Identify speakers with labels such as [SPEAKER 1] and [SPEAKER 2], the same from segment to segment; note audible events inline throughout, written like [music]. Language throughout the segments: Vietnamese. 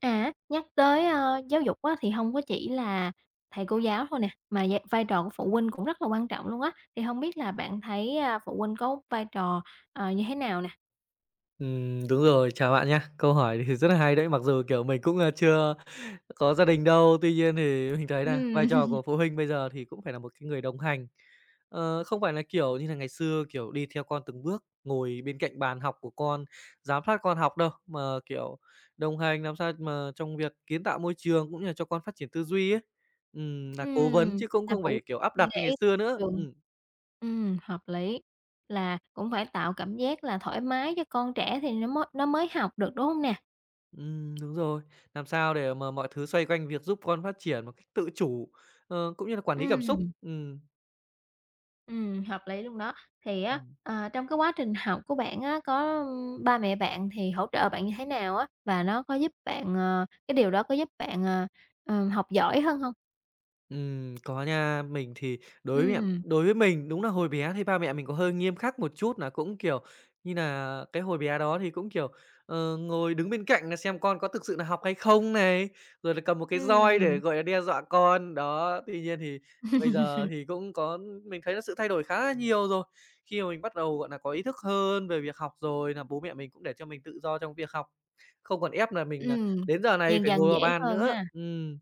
[SPEAKER 1] À, nhắc tới, giáo dục á, thì không có chỉ là thầy cô giáo thôi nè, mà vai vai trò của phụ huynh cũng rất là quan trọng luôn á. Thì không biết là bạn thấy, phụ huynh có vai trò, như thế nào nè?
[SPEAKER 2] Đúng rồi, chào bạn nhé. Câu hỏi thì rất là hay đấy, mặc dù, kiểu, mình cũng, chưa có gia đình đâu, tuy nhiên thì mình thấy là vai trò
[SPEAKER 1] Ừm. [laughs]
[SPEAKER 2] của phụ huynh bây giờ thì cũng phải là một cái người đồng hành. Không phải là, kiểu như là, ngày xưa, kiểu, đi theo con từng bước, ngồi bên cạnh bàn học của con, giám sát con học đâu, mà, kiểu, đồng hành làm sao mà trong việc kiến tạo môi trường cũng như là cho con phát triển tư duy ấy. Nà cố vấn chứ cũng
[SPEAKER 1] Là
[SPEAKER 2] không
[SPEAKER 1] phụ huynh
[SPEAKER 2] phải, kiểu, áp
[SPEAKER 1] phải
[SPEAKER 2] đặt như
[SPEAKER 1] để
[SPEAKER 2] ngày
[SPEAKER 1] ý
[SPEAKER 2] xưa nữa.
[SPEAKER 1] trường.
[SPEAKER 2] Ừm.
[SPEAKER 1] Hợp lý, là cũng phải tạo cảm giác là thoải mái cho con trẻ thì nó mới học được, đúng không nè?
[SPEAKER 2] Đúng rồi. Làm sao để mà mọi thứ xoay quanh việc giúp con phát triển một cách tự chủ, cũng như là quản lý cảm xúc.
[SPEAKER 1] Ừm.
[SPEAKER 2] Ừm.
[SPEAKER 1] Hợp lý luôn đó. Thì á, trong cái quá trình học của bạn á, có, ba mẹ bạn thì hỗ trợ bạn như thế nào á? Và nó có giúp bạn, cái điều đó có giúp bạn, học giỏi hơn không?
[SPEAKER 2] Có nha. Mình thì
[SPEAKER 1] Ừm,
[SPEAKER 2] đối với mình đúng là hồi bé thì ba mẹ mình có hơi nghiêm khắc một chút là cũng, kiểu như là cái hồi bé đó thì cũng, kiểu, ngồi đứng bên cạnh là xem con có thực sự là học hay không này, rồi là cầm một cái roi để,
[SPEAKER 1] ừm.
[SPEAKER 2] gọi là, đe dọa con. Đó, tuy nhiên thì bây giờ thì cũng có mình thấy là sự thay đổi khá là nhiều rồi. Khi mà mình bắt đầu, gọi là có ý thức hơn về việc học rồi là bố mẹ mình cũng để cho mình tự do trong việc học, không còn ép là mình nà
[SPEAKER 1] Ừm, [laughs]
[SPEAKER 2] đến giờ này
[SPEAKER 1] dần
[SPEAKER 2] phải ngồi
[SPEAKER 1] dần
[SPEAKER 2] vào
[SPEAKER 1] dễ
[SPEAKER 2] bàn
[SPEAKER 1] hơn
[SPEAKER 2] nữa.
[SPEAKER 1] ha.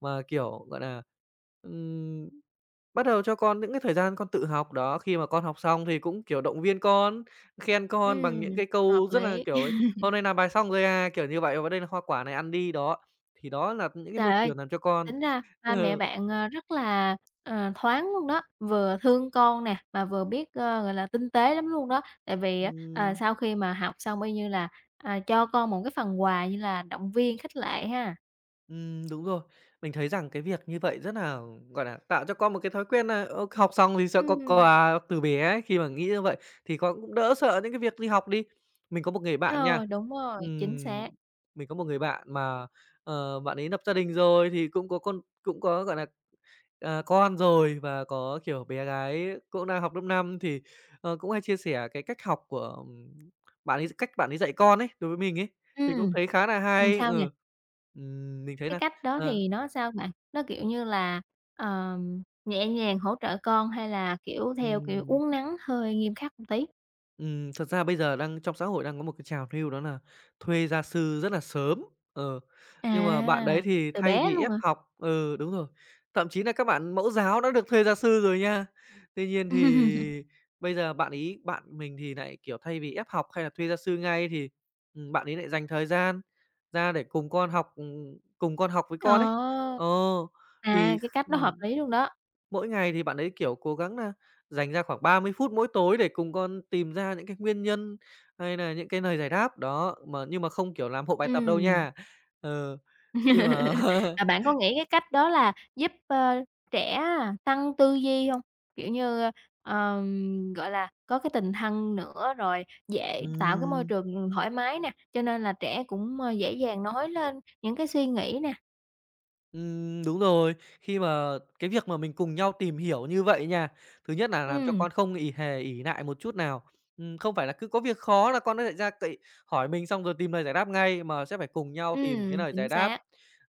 [SPEAKER 2] Mà, kiểu, gọi là Ừm, bắt đầu cho con những cái thời gian con tự học, đó, khi mà con học xong thì cũng, kiểu, động viên con, khen con bằng những
[SPEAKER 1] Ừm,
[SPEAKER 2] cái
[SPEAKER 1] hợp
[SPEAKER 2] câu rất là,
[SPEAKER 1] lý.
[SPEAKER 2] kiểu,
[SPEAKER 1] [laughs]
[SPEAKER 2] "Hôm nay làm bài xong rồi à?" Kiểu như vậy, "Và đây là hoa quả này, ăn đi." Đó, thì đó là những cái môi
[SPEAKER 1] Trời ơi!
[SPEAKER 2] trường làm cho con
[SPEAKER 1] Tính ra ba mẹ
[SPEAKER 2] ờ,
[SPEAKER 1] bạn, rất là, thoáng luôn đó, vừa thương con nè, mà vừa biết, gọi là, tinh tế lắm luôn đó. Tại vì á, sau khi mà học xong y như là, cho con một cái phần quà như là động viên, khích lệ ha.
[SPEAKER 2] Đúng rồi. Mình thấy rằng cái việc như vậy rất là gọi là tạo cho con một cái thói quen nà, ờ, học xong thì sẽ có
[SPEAKER 1] Ừm.
[SPEAKER 2] quà từ bé ấy, khi mà nghĩ như vậy thì con cũng đỡ sợ những cái việc đi học đi. Mình có một người bạn nha,
[SPEAKER 1] Ờ, đúng rồi, chính
[SPEAKER 2] ừm,
[SPEAKER 1] xác.
[SPEAKER 2] mình có một người bạn mà, ờ, bạn ấy lập gia đình rồi thì cũng có con cũng có, gọi là Ờ, con rồi và có, kiểu, bé gái cũng đang học lớp 5 thì, ờ, cũng hay chia sẻ cái cách học của, bạn ấy cách bạn ấy dạy con ấy, đối với mình ấy, thì cũng
[SPEAKER 1] Ừm.
[SPEAKER 2] thấy khá là hay.
[SPEAKER 1] Sao nè?
[SPEAKER 2] Ừ. Mình thấy
[SPEAKER 1] Cái
[SPEAKER 2] là,
[SPEAKER 1] cách đó
[SPEAKER 2] ờ,
[SPEAKER 1] thì nó sao bạn? Nó, kiểu như là, nhẹ nhàng hỗ trợ con hay là, kiểu, theo kiểu
[SPEAKER 2] ừm.
[SPEAKER 1] uốn nắn hơi nghiêm khắc một tí?
[SPEAKER 2] Thật ra bây giờ đang trong xã hội đang có một cái trào lưu đó là thuê gia sư rất là sớm, ờ,
[SPEAKER 1] À,
[SPEAKER 2] nhưng mà bạn đấy thì
[SPEAKER 1] từ
[SPEAKER 2] thay
[SPEAKER 1] bé
[SPEAKER 2] vì
[SPEAKER 1] luôn
[SPEAKER 2] ép
[SPEAKER 1] hả?
[SPEAKER 2] học ừ, đúng rồi, thậm chí là các bạn mẫu giáo đã được thuê gia sư rồi nha. Tuy nhiên
[SPEAKER 1] [laughs]
[SPEAKER 2] thì bây giờ bạn mình thì lại kiểu, thay vì ép học hay là thuê gia sư ngay thì, bạn ấy lại dành thời gian ra để cùng con học, với con ấy.
[SPEAKER 1] Ờ.
[SPEAKER 2] Ờ,
[SPEAKER 1] À,
[SPEAKER 2] thì
[SPEAKER 1] cái
[SPEAKER 2] kh
[SPEAKER 1] cách đó hợp lý luôn đó.
[SPEAKER 2] Mỗi ngày thì bạn ấy, kiểu, cố gắng là dành ra khoảng 30 phút mỗi tối để cùng con tìm ra những cái nguyên nhân hay là những cái lời giải đáp, đó, mà nhưng mà không, kiểu, làm hộ bài tập đâu
[SPEAKER 1] Ừm.
[SPEAKER 2] nha. Ờ, khi mà
[SPEAKER 1] [laughs] Mà bạn
[SPEAKER 2] [laughs]
[SPEAKER 1] có nghĩ cái cách đó là giúp, trẻ tăng tư duy không? Kiểu như, gọi là, có cái tình thân nữa, rồi dễ tạo cái môi
[SPEAKER 2] ừm.
[SPEAKER 1] trường, thoải mái nè, cho nên là trẻ cũng, dễ dàng nói lên những cái suy nghĩ nè.
[SPEAKER 2] Đúng rồi. Khi mà cái việc mà mình cùng nhau tìm hiểu như vậy nha, thứ nhất là làm cho
[SPEAKER 1] Ừm,
[SPEAKER 2] con không hề ỷ lại một chút nào. Không phải là cứ có việc khó là con nó lại ra cậy hỏi mình xong rồi tìm lời giải đáp ngay, mà sẽ phải cùng nhau tìm cái lời
[SPEAKER 1] chính
[SPEAKER 2] giải đáp.
[SPEAKER 1] xác.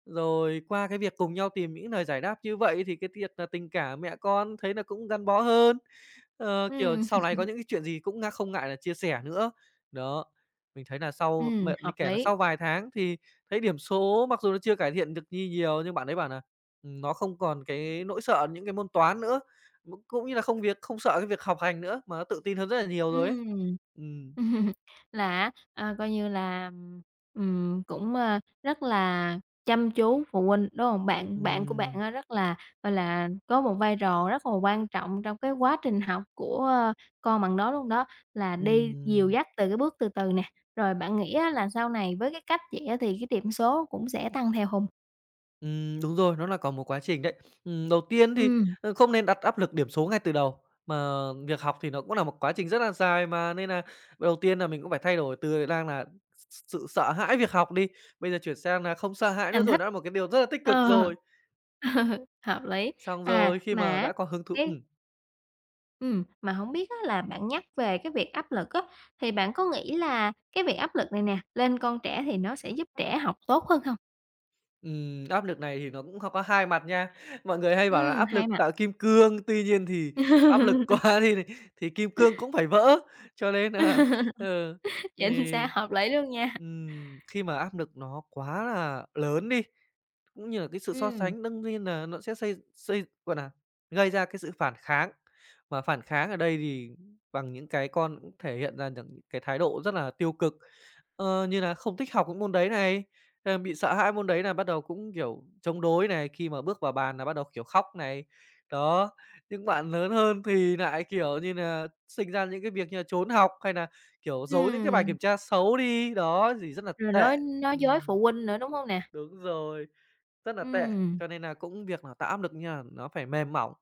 [SPEAKER 2] Rồi qua cái việc cùng nhau tìm những lời giải đáp như vậy thì cái việc là tình cảm mẹ con thấy là cũng gắn bó hơn. Ờ, kiểu,
[SPEAKER 1] Ừm,
[SPEAKER 2] sau này
[SPEAKER 1] [laughs]
[SPEAKER 2] có những cái chuyện gì cũng không ngại là chia sẻ nữa. Đó, mình thấy là sau mẹ đi
[SPEAKER 1] hợp
[SPEAKER 2] kể là
[SPEAKER 1] lý.
[SPEAKER 2] sau vài tháng thì thấy điểm số mặc dù nó chưa cải thiện được nhiều nhưng bạn ấy bảo nà, nó không còn cái nỗi sợ những cái môn toán nữa, cũng cũng như là không sợ cái việc học hành nữa, mà nó tự tin hơn rất là nhiều rồi ấy.
[SPEAKER 1] Ừm.
[SPEAKER 2] Ừm.
[SPEAKER 1] [laughs] Là á, coi như là, cũng, rất là chăm chú phụ huynh, đúng hông? Bạn bạn của bạn
[SPEAKER 2] Ừm,
[SPEAKER 1] á rất là, gọi là, có một vai trò rất là quan trọng trong cái quá trình học của, con bằng đó luôn đó, là đi dìu
[SPEAKER 2] ừm,
[SPEAKER 1] dắt từ cái bước từ từ nè, rồi bạn nghĩ á là sau này với cái cách vậy á thì cái điểm số cũng sẽ tăng theo hông?
[SPEAKER 2] đúng rồi, nó là có một quá trình đấy. Đầu tiên thì,
[SPEAKER 1] Ừ.
[SPEAKER 2] không nên đặt áp lực điểm số ngay từ đầu, mà việc học thì nó cũng là một quá trình rất là dài mà, nên nà đầu tiên nà mình cũng phải thay đổi từ đang là sự sợ hãi việc học đi, bây giờ chuyển sang nà không sợ hãi nữa
[SPEAKER 1] Thành
[SPEAKER 2] rồi,
[SPEAKER 1] thích.
[SPEAKER 2] nó là một cái điều rất là tích cực
[SPEAKER 1] Ờ.
[SPEAKER 2] rồi.
[SPEAKER 1] [laughs] Ờ, hợp lý.
[SPEAKER 2] Xong rồi
[SPEAKER 1] À,
[SPEAKER 2] khi mà đã có hứng thú
[SPEAKER 1] cái Mà hổng biết á là bạn nhắc về cái việc áp lực á, thì bạn có nghĩ là cái việc áp lực này nè, lên con trẻ thì nó sẽ giúp trẻ học tốt hơn hông?
[SPEAKER 2] Áp lực này thì nó cũng không có hai mặt nha. Mọi người hay bảo là áp
[SPEAKER 1] Hai
[SPEAKER 2] lực
[SPEAKER 1] mặt.
[SPEAKER 2] tạo kim cương, tuy nhiên thì áp lực quá [laughs] thì kim cương cũng phải vỡ, cho nên là ừ,
[SPEAKER 1] Chính
[SPEAKER 2] thì
[SPEAKER 1] xác, [laughs] hợp lý luôn nha.
[SPEAKER 2] khi mà áp lực nó quá là lớn đi, cũng như là cái sự so
[SPEAKER 1] Ừm,
[SPEAKER 2] sánh đương nhiên là nó sẽ xây xây, gọi là gây ra cái sự phản kháng. Mà phản kháng ở đây thì bằng những cái con cũng thể hiện ra được những cái thái độ rất là tiêu cực, như là không thích học những môn đấy này. Thế là bị sợ hãi môn đấy nà bắt đầu cũng, kiểu, chống đối này, khi mà bước vào bàn là bắt đầu, kiểu, khóc này. Đó, những bạn lớn hơn thì lại kiểu như là sinh ra những cái việc như là trốn học hay là kiểu, giấu những cái bài
[SPEAKER 1] ừm,
[SPEAKER 2] kiểm tra xấu đi, đó, gì rất là
[SPEAKER 1] rồi
[SPEAKER 2] tệ.
[SPEAKER 1] nói dối
[SPEAKER 2] Ừm,
[SPEAKER 1] phụ huynh nữa, đúng hông nè?
[SPEAKER 2] đúng rồi, rất là tệ,
[SPEAKER 1] Ừm.
[SPEAKER 2] cho nên là cũng việc là tạo áp lực nha, nó phải mềm mỏng,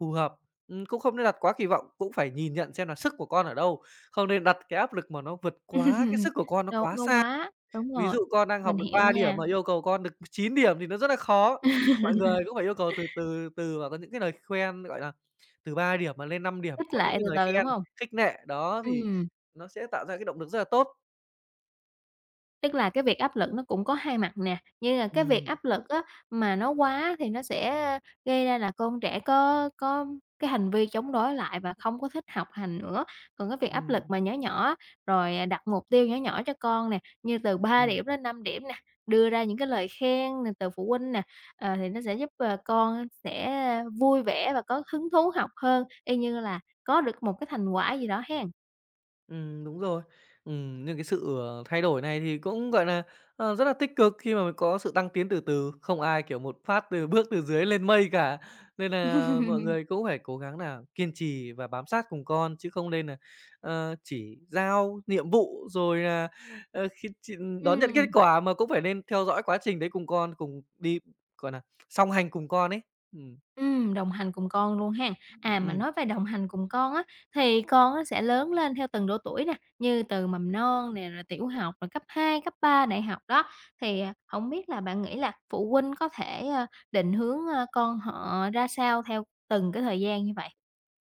[SPEAKER 2] phù hợp. Cũng không nên đặt quá kỳ vọng, cũng phải nhìn nhận xem là sức của con ở đâu, không nên đặt cái áp lực mà nó vượt quá cái
[SPEAKER 1] [laughs]
[SPEAKER 2] sức của con nó
[SPEAKER 1] Đau
[SPEAKER 2] quá
[SPEAKER 1] đau
[SPEAKER 2] xa.
[SPEAKER 1] quá, đúng
[SPEAKER 2] Ví
[SPEAKER 1] rồi,
[SPEAKER 2] dụ con đang
[SPEAKER 1] mình
[SPEAKER 2] học được
[SPEAKER 1] hiểu
[SPEAKER 2] 3 điểm
[SPEAKER 1] nha,
[SPEAKER 2] mà yêu cầu con được 9 điểm thì nó rất là khó. Mọi người cũng phải yêu cầu từ từ từ và có những cái lời khen, gọi là, từ 3 điểm mà lên 5 điểm,
[SPEAKER 1] khích
[SPEAKER 2] có những
[SPEAKER 1] lệ
[SPEAKER 2] cái
[SPEAKER 1] từ
[SPEAKER 2] lời
[SPEAKER 1] từ, đúng
[SPEAKER 2] khen,
[SPEAKER 1] hông?
[SPEAKER 2] khích nệ, đó, thì
[SPEAKER 1] Ừm.
[SPEAKER 2] nó sẽ tạo ra cái động lực rất là tốt.
[SPEAKER 1] Tức là cái việc áp lực nó cũng có hai mặt nè, như là cái việc
[SPEAKER 2] Ừm,
[SPEAKER 1] áp lực á, mà nó quá thì nó sẽ gây ra là con trẻ có cái hành vi chống đối lại và không có thích học hành nữa. Còn cái việc áp lực
[SPEAKER 2] ừm,
[SPEAKER 1] mà nhỏ nhỏ á, rồi, đặt mục tiêu nhỏ nhỏ cho con nè, như từ ba
[SPEAKER 2] ừm.
[SPEAKER 1] điểm đến 5 điểm nè, đưa ra những cái lời khen nè từ phụ huynh nè, thì nó sẽ giúp, con sẽ vui vẻ và có hứng thú học hơn, y như là có được một cái thành quả gì đó hen.
[SPEAKER 2] Đúng rồi. Nhưng cái sự, thay đổi này thì cũng, gọi là, rất là tích cực khi mà mình có sự tăng tiến từ từ, không ai, kiểu, một phát từ bước từ dưới lên mây cả. Nên là mọi
[SPEAKER 1] [laughs]
[SPEAKER 2] người cũng phải cố gắng là kiên trì và bám sát cùng con, chứ không nên là chỉ giao nhiệm vụ rồi là, ờ, khi ch đón nhận kết
[SPEAKER 1] Ừm.
[SPEAKER 2] quả mà cũng phải nên theo dõi quá trình đấy cùng con, cùng đi, gọi là song hành cùng con ấy. Ừm,
[SPEAKER 1] Đồng hành cùng con luôn ha. À, mà
[SPEAKER 2] ừm.
[SPEAKER 1] nói về đồng hành cùng con á, thì con á sẽ lớn lên theo từng độ tuổi nè, như từ mầm non nè, rồi tiểu học, rồi cấp 2 cấp 3 đại học đó. Thì, hổng biết là bạn nghĩ là phụ huynh có thể, định hướng, con họ ra sao theo từng cái thời gian như vậy?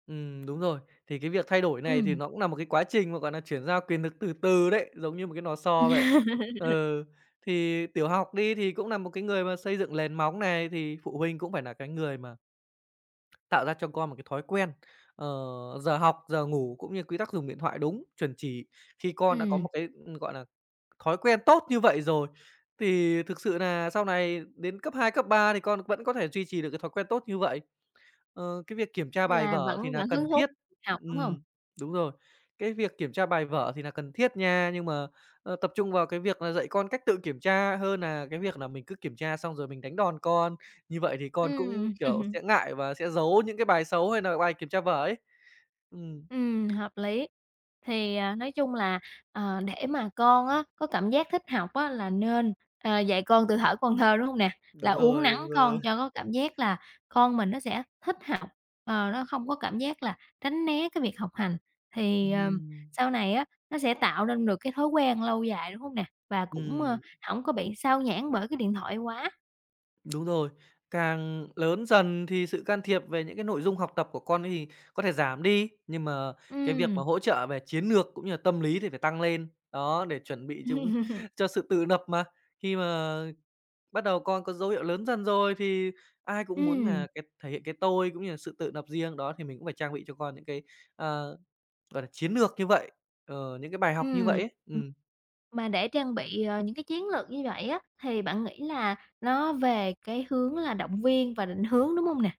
[SPEAKER 2] Đúng rồi. Thì cái việc thay đổi này thì
[SPEAKER 1] Ừm.
[SPEAKER 2] nó cũng là một cái quá trình mà, gọi là chuyển giao quyền lực từ từ đấy, giống như một cái lò xo vậy.
[SPEAKER 1] [laughs]
[SPEAKER 2] Ừ, thì tiểu học đi thì cũng là một cái người mà xây dựng nền móng này, thì phụ huynh cũng phải là cái người mà tạo ra cho con một cái thói quen, ờ, giờ học, giờ ngủ cũng như quy tắc dùng điện thoại đúng, chuẩn chỉ. Khi con đã có
[SPEAKER 1] Ừm,
[SPEAKER 2] một cái, gọi là thói quen tốt như vậy rồi, thì thực sự nà sau này đến cấp 2 cấp 3 thì con vẫn có thể duy trì được cái thói quen tốt như vậy. Ờ, cái việc kiểm tra bài
[SPEAKER 1] là
[SPEAKER 2] vở
[SPEAKER 1] vẫn
[SPEAKER 2] thì là
[SPEAKER 1] vẫn hứng
[SPEAKER 2] cần
[SPEAKER 1] thú
[SPEAKER 2] thiết.
[SPEAKER 1] học, đúng không?
[SPEAKER 2] Ừm, đúng rồi. Cái việc kiểm tra bài vở thì là cần thiết nha, nhưng mà, tập trung vào cái việc là dạy con cách tự kiểm tra hơn là cái việc là mình cứ kiểm tra xong rồi mình đánh đòn con. Như vậy thì con cũng,
[SPEAKER 1] Ừm.
[SPEAKER 2] kiểu,
[SPEAKER 1] [laughs]
[SPEAKER 2] sẽ ngại và sẽ giấu những cái bài xấu hay là bài kiểm tra vở ấy. Ừm,
[SPEAKER 1] Hợp lý. Thì, nói chung là, để mà con á có cảm giác thích học á là nên, dạy con từ thuở con thơ, đúng không nè? Là
[SPEAKER 2] đúng
[SPEAKER 1] uốn
[SPEAKER 2] rồi,
[SPEAKER 1] nắn
[SPEAKER 2] đúng rồi.
[SPEAKER 1] con cho có cảm giác là con mình nó sẽ thích học, nó không có cảm giác là tránh né cái việc học hành. Thì,
[SPEAKER 2] Ừm,
[SPEAKER 1] sau này á, nó sẽ tạo nên được cái thói quen lâu dài, đúng không nè? Và cũng,
[SPEAKER 2] ừm.
[SPEAKER 1] hổng có bị sao nhãng bởi cái điện thoại quá.
[SPEAKER 2] Đúng rồi, càng lớn dần thì sự can thiệp về những cái nội dung học tập của con ấy thì có thể giảm đi, nhưng mà cái việc mà
[SPEAKER 1] Ừm.
[SPEAKER 2] hỗ trợ về chiến lược cũng như là tâm lý thì phải tăng lên. Đó, để chuẩn bị chúng
[SPEAKER 1] [laughs]
[SPEAKER 2] [laughs] cho sự tự lập mà. Khi mà bắt đầu con có dấu hiệu lớn dần rồi thì ai cũng muốn
[SPEAKER 1] Ừm,
[SPEAKER 2] là cái thể hiện cái tôi cũng như là sự tự lập riêng, đó thì mình cũng phải trang bị cho con những cái, ờ, gọi là, chiến lược như vậy, những cái bài học như vậy
[SPEAKER 1] ừm.
[SPEAKER 2] ấy. Ừm.
[SPEAKER 1] Mà để trang bị, những cái chiến lược như vậy á, thì bạn nghĩ là nó về cái hướng là động viên và định hướng, đúng không nè?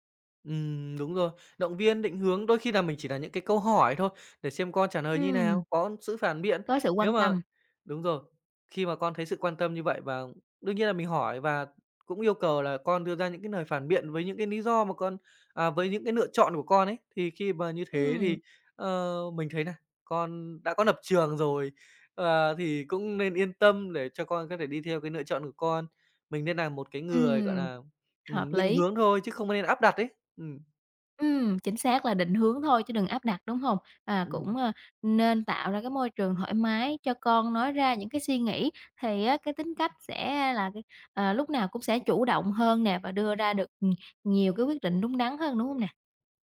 [SPEAKER 2] Đúng rồi. Động viên, định hướng đôi khi là mình chỉ là những cái câu hỏi thôi để xem con trả lời như
[SPEAKER 1] Ừm,
[SPEAKER 2] nào, có sự phản biện.
[SPEAKER 1] có sự
[SPEAKER 2] Nếu
[SPEAKER 1] quan
[SPEAKER 2] mà
[SPEAKER 1] tâm.
[SPEAKER 2] đúng rồi, khi mà con thấy sự quan tâm như vậy và đương nhiên là mình hỏi và cũng yêu cầu là con đưa ra những cái lời phản biện với những cái lý do mà con à, với những cái lựa chọn của con ấy, thì khi mà như thế
[SPEAKER 1] Ừm,
[SPEAKER 2] thì, mình thấy nà con đã có lập trường rồi, thì cũng nên yên tâm để cho con có thể đi theo cái lựa chọn của con. Mình nên là một cái người, gọi
[SPEAKER 1] ừm,
[SPEAKER 2] là
[SPEAKER 1] hợp
[SPEAKER 2] định
[SPEAKER 1] lý.
[SPEAKER 2] hướng thôi chứ không nên áp đặt ấy. Ừ.
[SPEAKER 1] Chính xác là định hướng thôi chứ đừng áp đặt, đúng không? Và cũng,
[SPEAKER 2] Ừm.
[SPEAKER 1] nên tạo ra cái môi trường thoải mái cho con nói ra những cái suy nghĩ, thì á cái tính cách sẽ là cái, lúc nào cũng sẽ chủ động hơn nè và đưa ra được, nhiều cái quyết định đúng đắn hơn, đúng không nè?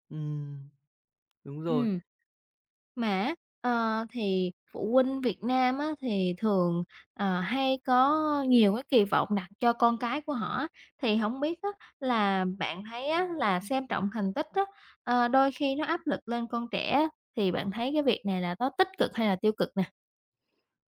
[SPEAKER 2] Ừm, đúng rồi.
[SPEAKER 1] Ừm. Mà á, thì phụ huynh Việt Nam á, thì thường, hay có nhiều cái kỳ vọng đặt cho con cái của họ á, thì hổng biết á, là bạn thấy á, là xem trọng thành tích á, đôi khi nó áp lực lên con trẻ á, thì bạn thấy cái việc này là nó tích cực hay là tiêu cực nè?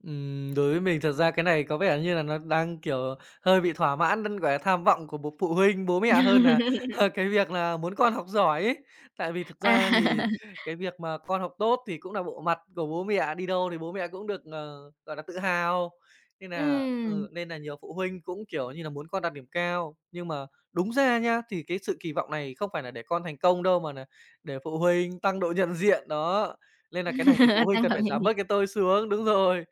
[SPEAKER 2] Đối với mình thật ra cái này có vẻ như là nó đang, kiểu, hơi bị thỏa mãn đến, cái tham vọng của bố phụ huynh, bố mẹ hơn là
[SPEAKER 1] [laughs]
[SPEAKER 2] [laughs] cái việc là muốn con học giỏi ấy. Tại vì thực
[SPEAKER 1] À,
[SPEAKER 2] ra thì cái việc mà con học tốt thì cũng là bộ mặt của bố mẹ, đi đâu thì bố mẹ cũng được, gọi là, tự hào. Nên là
[SPEAKER 1] ừm,
[SPEAKER 2] ừ, nên là nhiều phụ huynh cũng, kiểu như là, muốn con đạt điểm cao. Nhưng mà đúng ra nhá, thì cái sự kỳ vọng này không phải là để con thành công đâu, mà nà để phụ huynh tăng độ nhận diện, đó. Nên là cái này thì phụ huynh
[SPEAKER 1] đang
[SPEAKER 2] cần
[SPEAKER 1] hỏi
[SPEAKER 2] phải
[SPEAKER 1] chuyện
[SPEAKER 2] giảm
[SPEAKER 1] gì?
[SPEAKER 2] bớt cái tôi xuống, đúng rồi.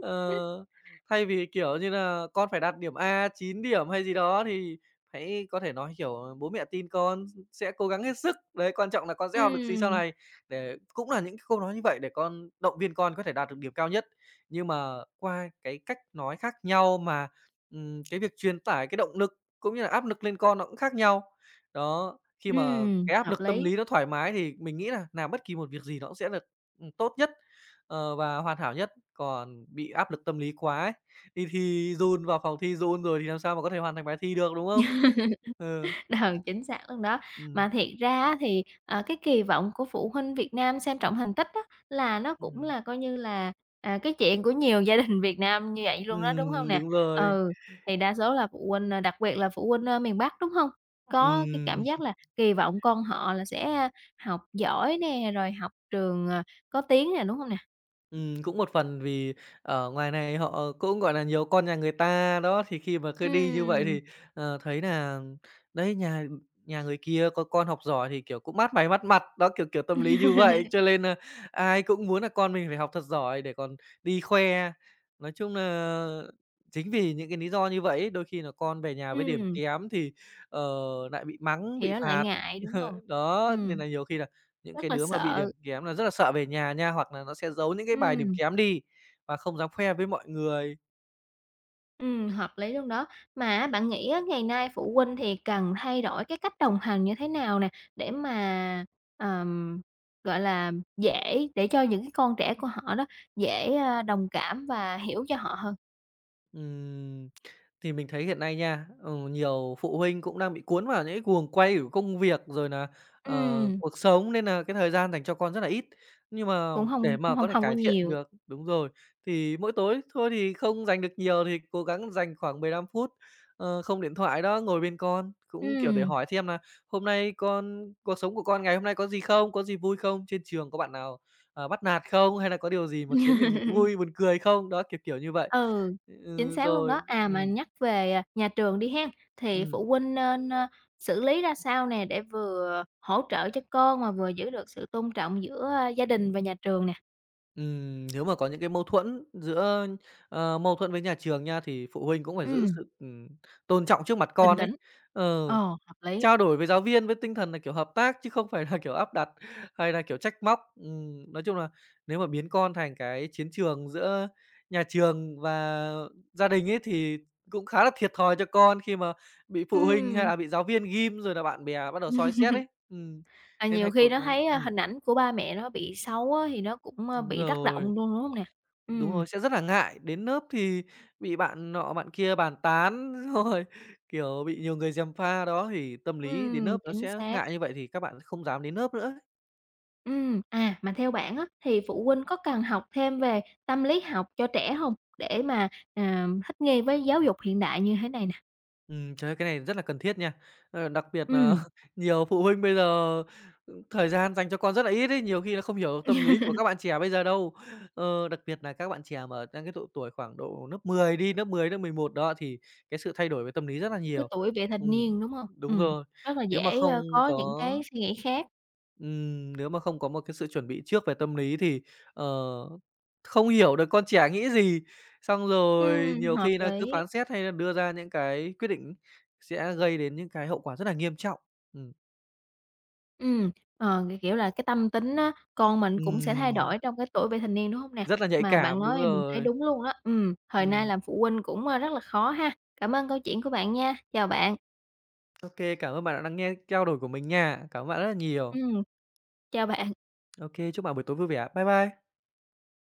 [SPEAKER 2] Ờ, thay vì, kiểu như là, con phải đạt điểm A 9 điểm hay gì đó thì hãy có thể nói, kiểu, bố mẹ tin con sẽ cố gắng hết sức, đấy, quan trọng là con sẽ học được gì sau
[SPEAKER 1] Ừm,
[SPEAKER 2] này, để cũng là những cái câu nói như vậy để con động viên con có thể đạt được điểm cao nhất. Nhưng mà qua cái cách nói khác nhau mà, cái việc truyền tải cái động lực cũng như là áp lực lên con nó cũng khác nhau. Đó, khi mà cái áp
[SPEAKER 1] hợp
[SPEAKER 2] lực tâm
[SPEAKER 1] lý.
[SPEAKER 2] lý nó thoải mái thì mình nghĩ là làm bất kỳ một việc gì nó cũng sẽ được, tốt nhất, và hoàn hảo nhất. Còn bị áp lực tâm lý quá ấy, đi thi run vào phòng thi run rồi thì làm sao mà có thể hoàn thành bài thi được, đúng không? Ừ.
[SPEAKER 1] Ừ, chính xác luôn đó.
[SPEAKER 2] Ừm.
[SPEAKER 1] Mà thiệt ra á thì, cái kỳ vọng của phụ huynh Việt Nam xem trọng thành tích á, là nó cũng
[SPEAKER 2] Ừm.
[SPEAKER 1] là coi như là, cái chuyện của nhiều gia đình Việt Nam như vậy luôn đó, đúng không nè?
[SPEAKER 2] Đúng rồi.
[SPEAKER 1] Ừ, thì đa số là phụ huynh, đặc biệt là phụ huynh, miền Bắc, đúng không? Có cái cảm
[SPEAKER 2] Ừm.
[SPEAKER 1] giác là kỳ vọng con họ là sẽ, học giỏi nè, rồi học trường, có tiếng nè, đúng không nè?
[SPEAKER 2] Cũng một phần vì ở ngoài này họ cũng, gọi là, nhiều con nhà người ta, đó, thì khi mà cứ đi như vậy
[SPEAKER 1] Ừm,
[SPEAKER 2] thì, thấy nà đấy, nhà nhà người kia có con học giỏi thì, kiểu, cũng mát mày mắt mặt, đó, kiểu, tâm lý như vậy, cho
[SPEAKER 1] [laughs]
[SPEAKER 2] nên nà ai cũng muốn là con mình phải học thật giỏi để còn đi khoe. Nói chung nà chính vì những cái lý do như vậy ấy, đôi khi nà con về nhà với điểm
[SPEAKER 1] ừm,
[SPEAKER 2] kém thì, ờ, nại bị mắng,
[SPEAKER 1] thì
[SPEAKER 2] bị
[SPEAKER 1] nó lại
[SPEAKER 2] phạt.
[SPEAKER 1] ngại, đúng không?
[SPEAKER 2] [laughs] Đó, nên
[SPEAKER 1] Ừm,
[SPEAKER 2] nà nhiều khi là những
[SPEAKER 1] rất
[SPEAKER 2] cái
[SPEAKER 1] là
[SPEAKER 2] đứa mà bị
[SPEAKER 1] sợ,
[SPEAKER 2] điểm kém là rất là sợ về nhà nha, hoặc là nó sẽ giấu những cái bài điểm
[SPEAKER 1] ừm.
[SPEAKER 2] kém đi và không dám khoe với mọi người.
[SPEAKER 1] Hợp lý luôn đó. Mà á, bạn nghĩ á, ngày nay phụ huynh thì cần thay đổi cái cách đồng hành như thế nào nè, để mà, ờm, gọi là, dễ để cho những cái con trẻ của họ đó dễ, đồng cảm và hiểu cho họ hơn?
[SPEAKER 2] Ừm, thì mình thấy hiện nay nha, ừ, nhiều phụ huynh cũng đang bị cuốn vào những cái guồng quay của công việc rồi là
[SPEAKER 1] Ừm,
[SPEAKER 2] cuộc sống nên là cái thời gian dành cho con rất là ít. Nhưng mà
[SPEAKER 1] cũng
[SPEAKER 2] để
[SPEAKER 1] không không
[SPEAKER 2] mà
[SPEAKER 1] không
[SPEAKER 2] có thể
[SPEAKER 1] hông có
[SPEAKER 2] cải thiện
[SPEAKER 1] nhiều.
[SPEAKER 2] được đúng rồi, thì mỗi tối thôi thì không dành được nhiều thì cố gắng dành khoảng 15 phút, không điện thoại đó, ngồi bên con, cũng, kiểu, để
[SPEAKER 1] Ừm,
[SPEAKER 2] hỏi xem là "Hôm nay con cuộc sống của con ngày hôm nay có gì không? Có gì vui không? Trên trường có bạn nào, bắt nạt không? Hay là có điều gì mà khiến
[SPEAKER 1] [laughs]
[SPEAKER 2] mình vui, buồn cười không?" Đó, kiểu như vậy.
[SPEAKER 1] ừ, chính
[SPEAKER 2] Ừ,
[SPEAKER 1] xác luôn đó.
[SPEAKER 2] rồi,
[SPEAKER 1] À, mà nhắc về, nhà trường đi hen, thì
[SPEAKER 2] ừm,
[SPEAKER 1] phụ huynh nên, xử lý ra sao nè, để vừa hỗ trợ cho con mà vừa giữ được sự tôn trọng giữa, gia đình và nhà trường nè?
[SPEAKER 2] nếu mà có những cái mâu thuẫn giữa, mâu thuẫn với nhà trường nha, thì phụ huynh cũng phải giữ
[SPEAKER 1] Ừm.
[SPEAKER 2] sự, tôn trọng trước mặt
[SPEAKER 1] Bình
[SPEAKER 2] con ấy.
[SPEAKER 1] tĩnh.
[SPEAKER 2] Ờ,
[SPEAKER 1] Ờ, hợp lý.
[SPEAKER 2] trao đổi với giáo viên với tinh thần là, kiểu, hợp tác chứ không phải là, kiểu, áp đặt hay là, kiểu, trách móc. Nói chung là nếu mà biến con thành cái chiến trường giữa nhà trường và gia đình ấy, thì cũng khá là thiệt thòi cho con khi mà bị phụ huynh hay
[SPEAKER 1] Ừm.
[SPEAKER 2] là bị giáo viên ghim, rồi là bạn bè bắt đầu soi xét ấy.
[SPEAKER 1] Là
[SPEAKER 2] Nên
[SPEAKER 1] nhiều
[SPEAKER 2] hãy cố
[SPEAKER 1] khi nó
[SPEAKER 2] gắng
[SPEAKER 1] thấy,
[SPEAKER 2] ừm.
[SPEAKER 1] hình ảnh của ba mẹ nó bị xấu á, thì nó cũng,
[SPEAKER 2] Đúng
[SPEAKER 1] bị tác động
[SPEAKER 2] rồi,
[SPEAKER 1] luôn, đúng không nè?
[SPEAKER 2] đúng
[SPEAKER 1] Ừm,
[SPEAKER 2] rồi, sẽ rất là ngại, đến lớp thì bị bạn nọ bạn kia bàn tán, [laughs] rồi, kiểu, bị nhiều người gièm pha, đó, thì tâm lý đến lớp nó
[SPEAKER 1] chính
[SPEAKER 2] sẽ
[SPEAKER 1] xác.
[SPEAKER 2] ngại như vậy thì các bạn không dám đến lớp nữa.
[SPEAKER 1] Mà theo bạn á, thì phụ huynh có cần học thêm về tâm lý học cho trẻ không? Để mà, thích nghi với giáo dục hiện đại như thế này nè.
[SPEAKER 2] Trời ơi, cái này rất là cần thiết nha. Đặc biệt nà
[SPEAKER 1] Ừm,
[SPEAKER 2] [laughs] nhiều phụ huynh bây giờ, thời gian dành cho con rất là ít ấy, nhiều khi nó không hiểu tâm lý của
[SPEAKER 1] [laughs]
[SPEAKER 2] các bạn trẻ bây giờ đâu. Đặc biệt là các bạn trẻ mà đang cái độ tuổi khoảng độ lớp 10 đi, lớp 10 lớp 11 đó, thì cái sự thay đổi về tâm lý rất là
[SPEAKER 1] cái
[SPEAKER 2] nhiều.
[SPEAKER 1] tuổi vị thành
[SPEAKER 2] Ừm,
[SPEAKER 1] niên, đúng không?
[SPEAKER 2] đúng rồi,
[SPEAKER 1] Rất là
[SPEAKER 2] nếu mà
[SPEAKER 1] dễ,
[SPEAKER 2] không
[SPEAKER 1] có những
[SPEAKER 2] có
[SPEAKER 1] cái suy nghĩ khác.
[SPEAKER 2] Nếu mà không có một cái sự chuẩn bị trước về tâm lý thì, ờ, không hiểu được con trẻ nghĩ gì, xong rồi nhiều
[SPEAKER 1] Hợp
[SPEAKER 2] khi là cứ
[SPEAKER 1] lý.
[SPEAKER 2] phán xét hay là đưa ra những cái quyết định sẽ gây đến những cái hậu quả rất là nghiêm trọng. Ừm,
[SPEAKER 1] Ừm, kiểu là, cái tâm tính á, con mình cũng sẽ thay
[SPEAKER 2] ừm,
[SPEAKER 1] đổi trong cái tuổi vị thành niên, đúng hông nè?
[SPEAKER 2] rất là nhạy
[SPEAKER 1] Mà bạn
[SPEAKER 2] cảm,
[SPEAKER 1] nói
[SPEAKER 2] đúng
[SPEAKER 1] thì mình thấy
[SPEAKER 2] rồi.
[SPEAKER 1] đúng luôn á, thời nay
[SPEAKER 2] Ừm,
[SPEAKER 1] làm phụ huynh cũng, rất là khó ha. Cảm ơn câu chuyện của bạn nha, chào bạn.
[SPEAKER 2] ô cảm ơn bạn đã lắng nghe trao đổi của mình nha. Cảm ơn bạn rất là nhiều.
[SPEAKER 1] Ừm, chào bạn.
[SPEAKER 2] OK, chúc bạn buổi tối vui vẻ. Bye bye.